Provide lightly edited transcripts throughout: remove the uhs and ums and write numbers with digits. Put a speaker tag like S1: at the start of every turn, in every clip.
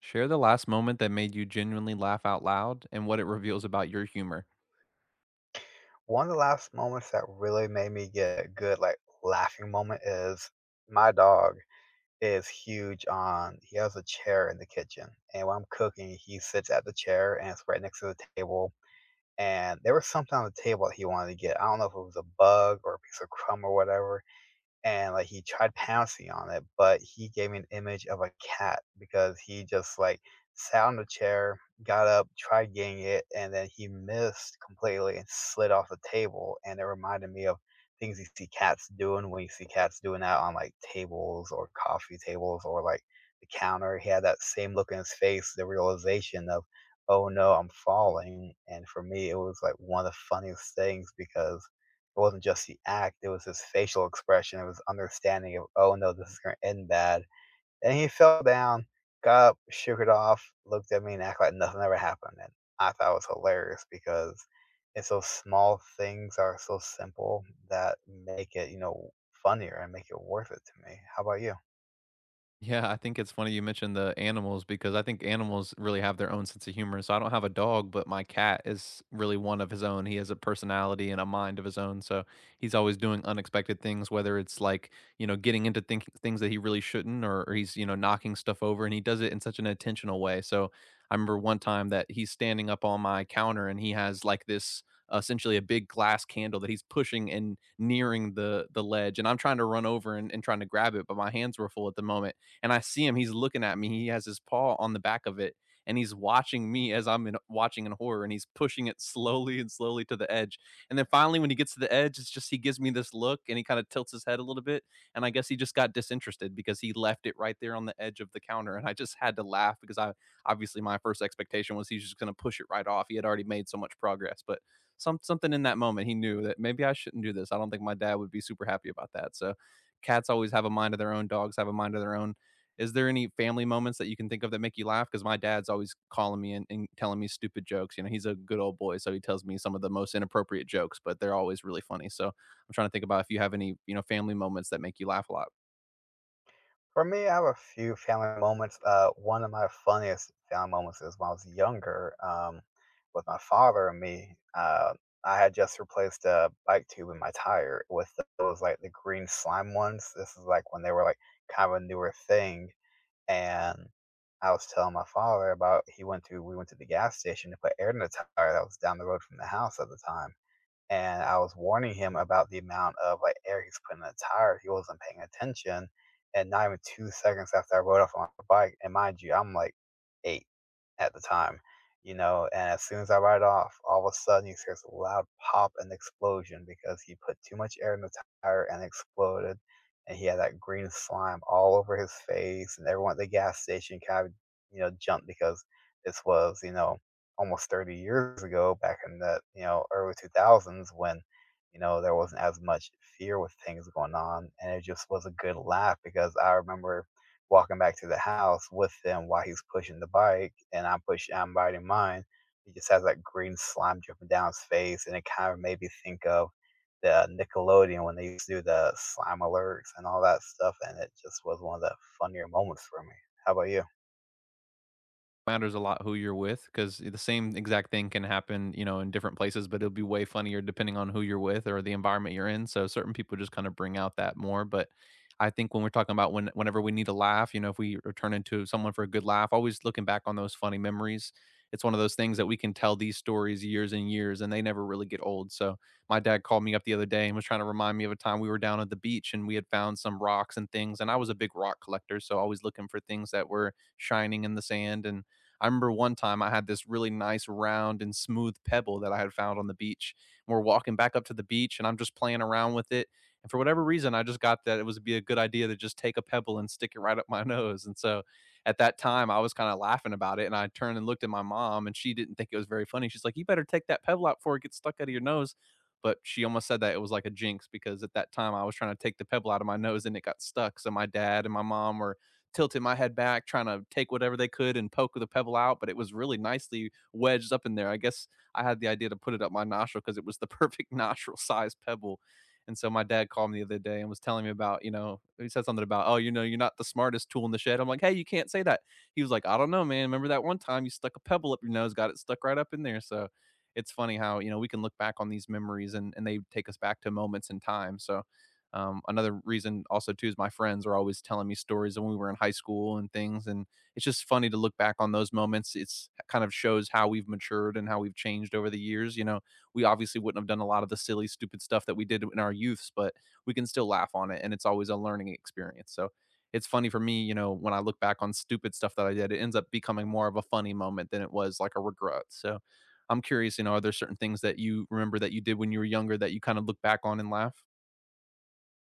S1: Share the last moment that made you genuinely laugh out loud and what it reveals about your humor.
S2: One of the last moments that really made me get a good, like, laughing moment is my dog is huge on he has a chair in the kitchen, and when I'm cooking, he sits at the chair, and it's right next to the table, and there was something on the table that he wanted to get. I don't know if it was a bug or a piece of crumb or whatever, and, like, he tried pouncing on it, but he gave me an image of a cat because he just, like, sat on the chair, got up, tried getting it, and then he missed completely and slid off the table, and it reminded me of things you see cats doing when you see cats doing that on, like, tables or coffee tables or, like, the counter. He had that same look in his face, the realization of, "Oh, no, I'm falling," and for me, it was, like, one of the funniest things because it wasn't just the act, it was his facial expression, it was understanding of, "Oh, no, this is gonna end bad." And he fell down, got up, shook it off, looked at me, and acted like nothing ever happened, and I thought it was hilarious because it's those small things are so simple that make it funnier and make it worth it to me. How about you?
S1: Yeah, I think it's funny you mentioned the animals because I think animals really have their own sense of humor. So I don't have a dog, but my cat is really one of his own. He has a personality and a mind of his own. So he's always doing unexpected things, whether it's like, you know, getting into things that he really shouldn't or he's, you know, knocking stuff over and he does it in such an intentional way. So I remember one time that he's standing up on my counter and he has like this essentially a big glass candle that he's pushing and nearing the ledge and I'm trying to run over and trying to grab it but my hands were full at the moment and I see him. He's looking at me. He has his paw on the back of it, and he's watching me as watching in horror. And he's pushing it slowly and slowly to the edge. And then finally, when he gets to the edge, it's just he gives me this look, and he kind of tilts his head a little bit. And I guess he just got disinterested because he left it right there on the edge of the counter. And I just had to laugh because I obviously my first expectation was he's just going to push it right off. He had already made so much progress, but something in that moment he knew that maybe I shouldn't do this. I don't think my dad would be super happy about that. So cats always have a mind of their own, dogs have a mind of their own. Is there any family moments that you can think of that make you laugh? Because my dad's always calling me and telling me stupid jokes. You know, he's a good old boy, so he tells me some of the most inappropriate jokes, but they're always really funny. So I'm trying to think about if you have any, you know, family moments that make you laugh a lot.
S2: For me, I have a few family moments. One of my funniest family moments is when I was younger, with my father and me. I had just replaced a bike tube in my tire with those like the green slime ones. This is like when they were like kind of a newer thing, and I was telling my father about he went to we went to the gas station to put air in the tire that was down the road from the house at the time, and I was warning him about the amount of, like, air he's putting in the tire. He wasn't paying attention, and not even 2 seconds after I rode off on my bike. And mind you, I'm, like, 8 at the time, you know, and as soon as I ride off, all of a sudden you hear this loud pop and explosion because he put too much air in the tire and exploded, and he had that green slime all over his face, and everyone at the gas station kind of jumped because this was almost 30 years ago, back in the early 2000s, when there wasn't as much fear with things going on. And it just was a good laugh because I remember walking back to the house with him while he's pushing the bike, and I'm riding mine. He just has that green slime dripping down his face, and it kind of made me think of the Nickelodeon when they used to do the slime alerts and all that stuff, and it just was one of the funnier moments for me. How about you?
S1: Matters a lot who you're with because the same exact thing can happen, you know, in different places, but it'll be way funnier depending on who you're with or the environment you're in. So certain people just kind of bring out that more. But I think when we're talking about when whenever we need a laugh, you know, if we return into someone for a good laugh, always looking back on those funny memories. It's one of those things that we can tell these stories years and years and they never really get old. So my dad called me up the other day and was trying to remind me of a time we were down at the beach and we had found some rocks and things. And I was a big rock collector. So always looking for things that were shining in the sand. And I remember one time I had this really nice round and smooth pebble that I had found on the beach. And we're walking back up to the beach and I'm just playing around with it. And for whatever reason, I just got that it would be a good idea to just take a pebble and stick it right up my nose. And so at that time, I was kind of laughing about it. And I turned and looked at my mom, and she didn't think it was very funny. She's like, "You better take that pebble out before it gets stuck out of your nose." But she almost said that it was like a jinx because at that time I was trying to take the pebble out of my nose and it got stuck. So my dad and my mom were tilted my head back, trying to take whatever they could and poke the pebble out, but it was really nicely wedged up in there. I guess I had the idea to put it up my nostril because it was the perfect nostril size pebble. And so my dad called me the other day and was telling me about, you know, he said something about, oh, you know, you're not the smartest tool in the shed. I'm like, hey, you can't say that. He was like, I don't know, man. Remember that one time you stuck a pebble up your nose, got it stuck right up in there. So it's funny how, you know, we can look back on these memories and they take us back to moments in time. So another reason also too is my friends are always telling me stories of when we were in high school and things, and it's just funny to look back on those moments. It's kind of shows how we've matured and how we've changed over the years. You know, we obviously wouldn't have done a lot of the silly, stupid stuff that we did in our youths, but we can still laugh on it, and it's always a learning experience. So it's funny for me, you know, when I look back on stupid stuff that I did, it ends up becoming more of a funny moment than it was like a regret. So I'm curious, you know, are there certain things that you remember that you did when you were younger that you kind of look back on and laugh?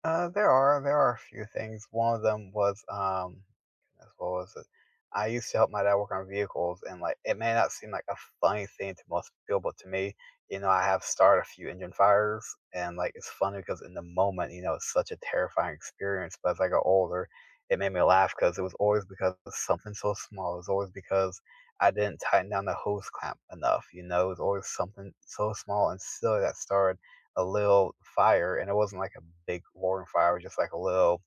S2: There are a few things. One of them was goodness, what was it? I used to help my dad work on vehicles, and like it may not seem like a funny thing to most people, but to me, you know, I have started a few engine fires, and like it's funny because in the moment, you know, it's such a terrifying experience. But as I got older, it made me laugh because it was always because of something so small. It was always because I didn't tighten down the hose clamp enough. You know, it was always something so small and silly that started a little fire, and it wasn't like a big roaring fire. It was just like a little,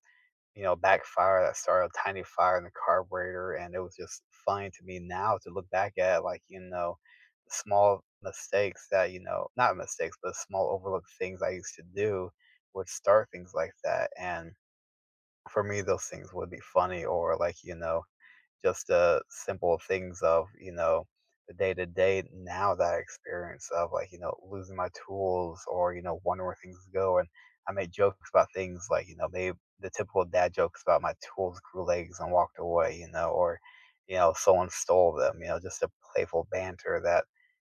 S2: you know, backfire that started a tiny fire in the carburetor, and it was just funny to me now to look back at, like, you know, the small mistakes that, you know, not mistakes, but small overlooked things I used to do would start things like that. And for me, those things would be funny, or like, you know, just simple things of, you know, the day to day now, that experience of, like, you know, losing my tools, or, you know, wondering where things go. And I made jokes about things like, you know, maybe the typical dad jokes about my tools grew legs and walked away, you know, or, you know, someone stole them, you know, just a playful banter that,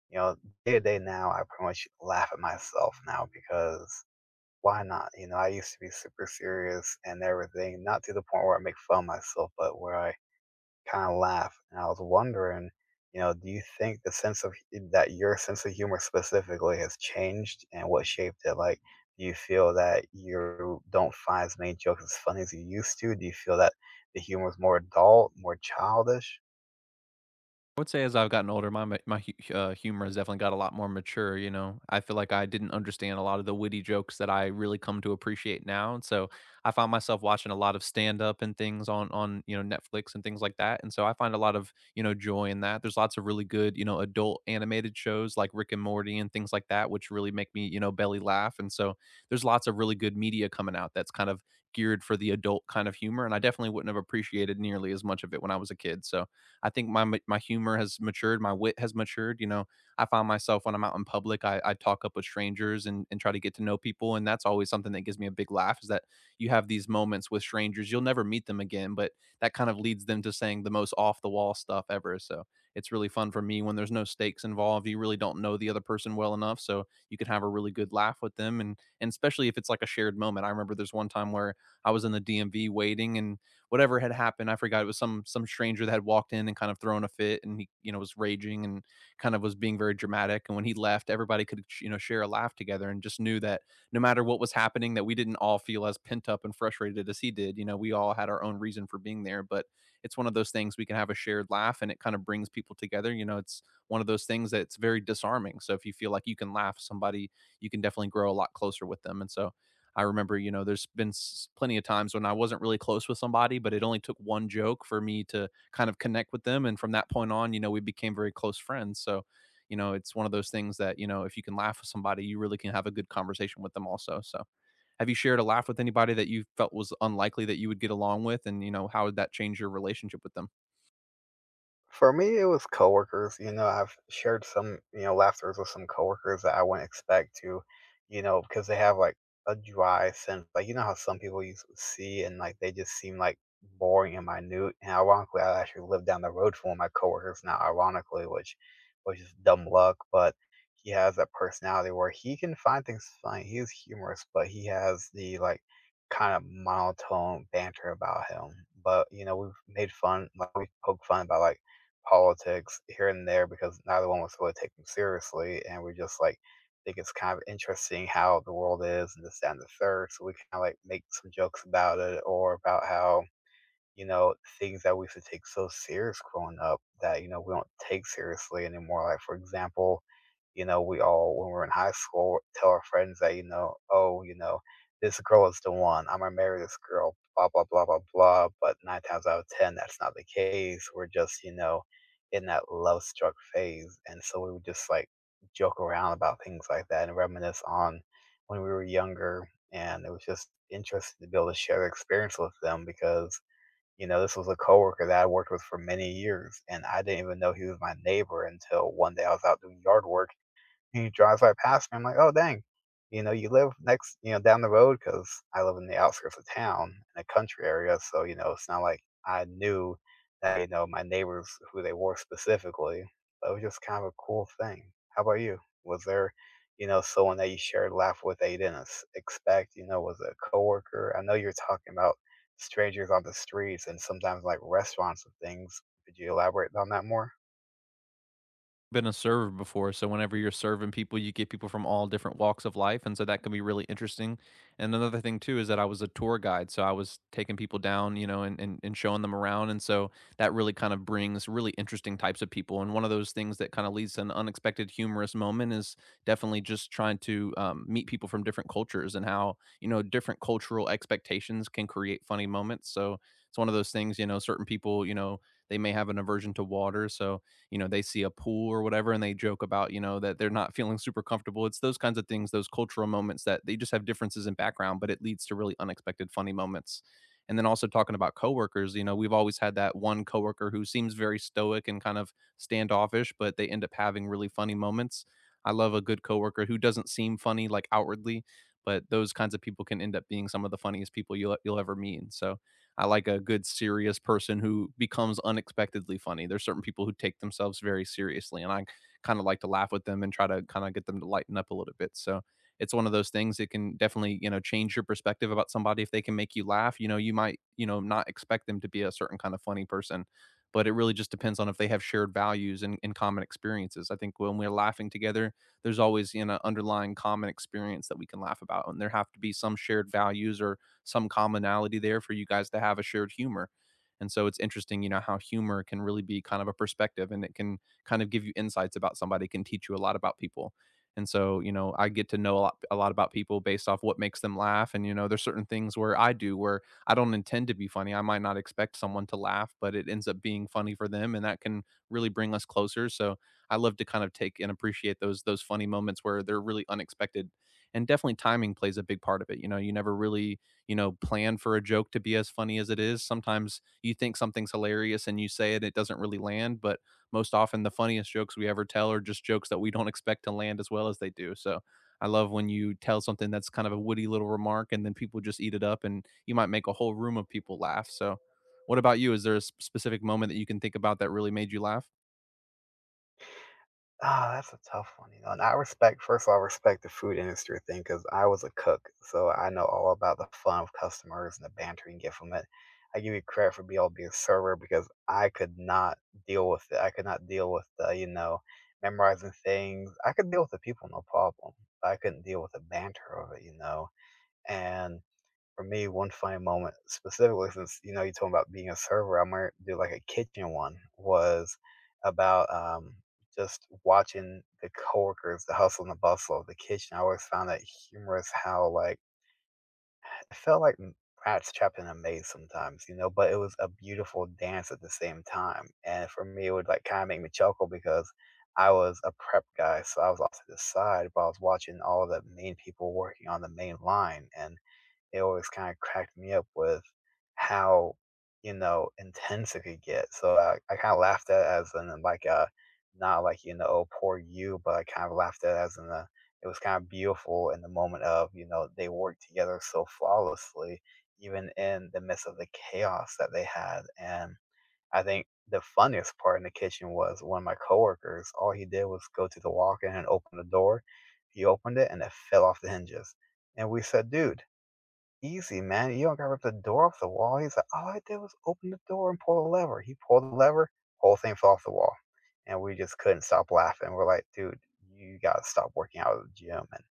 S2: you know, day to day now I pretty much laugh at myself now because why not? You know, I used to be super serious and everything, not to the point where I make fun of myself, but where I kinda laugh. And I was wondering, you know, do you think the sense of eh, that your sense of humor specifically has changed, and what shaped it? Like, do you feel that you don't find as many jokes as funny as you used to? Do you feel that the humor is more adult, more childish?
S1: I would say as I've gotten older, my ma my hu humor has definitely got a lot more mature, you know? I feel like I didn't understand a lot of the witty jokes that I really come to appreciate now, and so I found myself watching a lot of stand-up and things you know, Netflix and things like that, and so I find a lot of, you know, joy in that. There's lots of really good, you know, adult animated shows like Rick and Morty and things like that, which really make me, you know, belly laugh, and so there's lots of really good media coming out that's kind of geared for the adult kind of humor, and I definitely wouldn't have appreciated nearly as much of it when I was a kid, so I think my humor has matured, my wit has matured. You know, I find myself when I'm out in public, I talk up with strangers and try to get to know people, and that's always something that gives me a big laugh. Is that you have these moments with strangers, you'll never meet them again, but that kind of leads them to saying the most off the wall stuff ever. So it's really fun for me when there's no stakes involved. You really don't know the other person well enough, so you can have a really good laugh with them, and especially if it's like a shared moment. I remember there's one time where I was in the DMV waiting, and whatever had happened. I forgot it was some stranger that had walked in and kind of thrown a fit, and he you know was raging and kind of was being very dramatic. And when he left, everybody could you know share a laugh together and just knew that no matter what was happening, that we didn't all feel as pent up and frustrated as he did. You know, we all had our own reason for being there, but it's one of those things we can have a shared laugh and it kind of brings people together. You know, it's one of those things that it's very disarming. So if you feel like you can laugh somebody, you can definitely grow a lot closer with them. And so I remember, you know, there's been plenty of times when I wasn't really close with somebody, but it only took one joke for me to kind of connect with them. And from that point on, you know, we became very close friends. So, you know, it's one of those things that, you know, if you can laugh with somebody, you really can have a good conversation with them also. So, have you shared a laugh with anybody that you felt was unlikely that you would get along with? And, you know, how would that change your relationship with them?
S2: For me, it was coworkers. You know, I've shared some, you know, laughters with some coworkers that I wouldn't expect to, you know, because they have like a dry sense. Like, you know how some people you see and like they just seem like boring and minute. And ironically, I actually live down the road from one of my coworkers now, ironically, which is dumb luck, but he has that personality where he can find things funny. He's humorous, but he has the like kind of monotone banter about him. But, you know, we've made fun, like we poke fun about like politics here and there because neither one was really taken seriously. And we just like think it's kind of interesting how the world is and this, that, and the third. So we kind of like make some jokes about it or about how, you know, things that we used to take so serious growing up that, you know, we don't take seriously anymore. Like, for example, you know, we all, when we are in high school, tell our friends that, you know, oh, you know, this girl is the one. I'm gonna marry this girl, blah, blah, blah, blah, blah. But nine times out of 10, that's not the case. We're just, you know, in that love struck phase. And so we would just like joke around about things like that and reminisce on when we were younger. And it was just interesting to be able to share the experience with them because, you know, this was a coworker that I worked with for many years, and I didn't even know he was my neighbor until one day I was out doing yard work. He drives right past me, I'm like, "Oh, dang. You know, you live down the road," because I live in the outskirts of town in a country area, so, you know, it's not like I knew that, you know, my neighbors, who they were specifically. But it was just kind of a cool thing. How about you? Was there, you know, someone that you shared a laugh with that you didn't s expect? You know, was it a coworker? I know you are talking about strangers on the streets and sometimes, like, restaurants and things. Could you elaborate on that more?
S1: Been a server before, so whenever you're serving people, you get people from all different walks of life, and so that can be really interesting. And another thing too is that I was a tour guide, so I was taking people down, you know, and showing them around, and so that really kind of brings really interesting types of people. And one of those things that kind of leads to an unexpected humorous moment is definitely just trying to meet people from different cultures and how, you know, different cultural expectations can create funny moments. So it's one of those things, you know, certain people, you know, they may have an aversion to water, so you know they see a pool or whatever and they joke about, you know, that they're not feeling super comfortable. It's those kinds of things, those cultural moments, that they just have differences in background, but it leads to really unexpected funny moments. And then also talking about coworkers, you know, we've always had that one coworker who seems very stoic and kind of standoffish, but they end up having really funny moments. I love a good coworker who doesn't seem funny, like, outwardly, but those kinds of people can end up being some of the funniest people you'll ever meet. And so I like a good serious person who becomes unexpectedly funny. There's certain people who take themselves very seriously, and I kind of like to laugh with them and try to kind of get them to lighten up a little bit. So it's one of those things that can definitely, you know, change your perspective about somebody if they can make you laugh. You know, you might, you know, not expect them to be a certain kind of funny person, but it really just depends on if they have shared values and, common experiences. I think when we're laughing together, there's always, you know, underlying common experience that we can laugh about. And there have to be some shared values or some commonality there for you guys to have a shared humor. And so it's interesting, you know, how humor can really be kind of a perspective, and it can kind of give you insights about somebody, can teach you a lot about people. And so, you know, I get to know a lot about people based off what makes them laugh. And, you know, there's certain things where I do where I don't intend to be funny. I might not expect someone to laugh, but it ends up being funny for them. And that can really bring us closer. So I love to kind of take and appreciate those funny moments where they're really unexpected. And definitely timing plays a big part of it. You know, you never really, you know, plan for a joke to be as funny as it is. Sometimes you think something's hilarious and you say it, it doesn't really land, but most often the funniest jokes we ever tell are just jokes that we don't expect to land as well as they do. So I love when you tell something that's kind of a witty little remark and then people just eat it up and you might make a whole room of people laugh. So what about you? Is there a specific moment that you can think about that really made you laugh?
S2: Ah, that's a tough one, you know, and I respect first of all, I respect the food industry thing because I was a cook, so I know all about the fun of customers and the banter you can get from it. I give you credit for being able to be a server because I could not deal with it. I could not deal with the, you know, memorizing things. I could deal with the people, no problem. I couldn't deal with the banter of it, you know, and for me, one funny moment specifically, since, you know, you talking about being a server, I might do like a kitchen one. Was about just watching the coworkers, the hustle and the bustle of the kitchen. I always found that humorous how like it felt like rats trapped in a maze sometimes, you know. But it was a beautiful dance at the same time, and for me, it would like kind of make me chuckle because I was a prep guy, so I was off to the side, but I was watching all the main people working on the main line, and it always kinda cracked me up with how, you know, intense it could get, so I kinda laughed at it as in, like, a not like, you know, "Oh, poor you," but I kind of laughed at it as in a it was kinda beautiful in the moment of, you know, they worked together so flawlessly even in the midst of the chaos that they had. And I think the funniest part in the kitchen was one of my coworkers, all he did was go to the walk-in and open the door. He opened it, and it fell off the hinges, and we said, "Dude, easy, man. You don't gotta rip the door off the wall." He's like, "All I did was open the door and pull the lever." He pulled the lever, whole thing fell off the wall, and we just couldn't stop laughing. We're like, "Dude, you gotta stop working out at the gym," and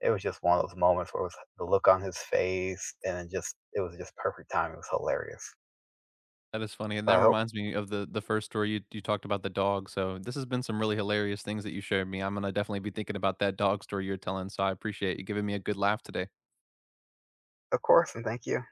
S2: it was just one of those moments where it was the look on his face, and then just it was just perfect timing. It was hilarious.
S1: That is funny, and that
S2: But I hope,
S1: reminds me of the first story you talked about, the dog, so this has been some really hilarious things that you shared me. I'm gonna definitely be thinking about that dog story you're telling, so I appreciate you giving me a good laugh today.
S2: of course, and thank you.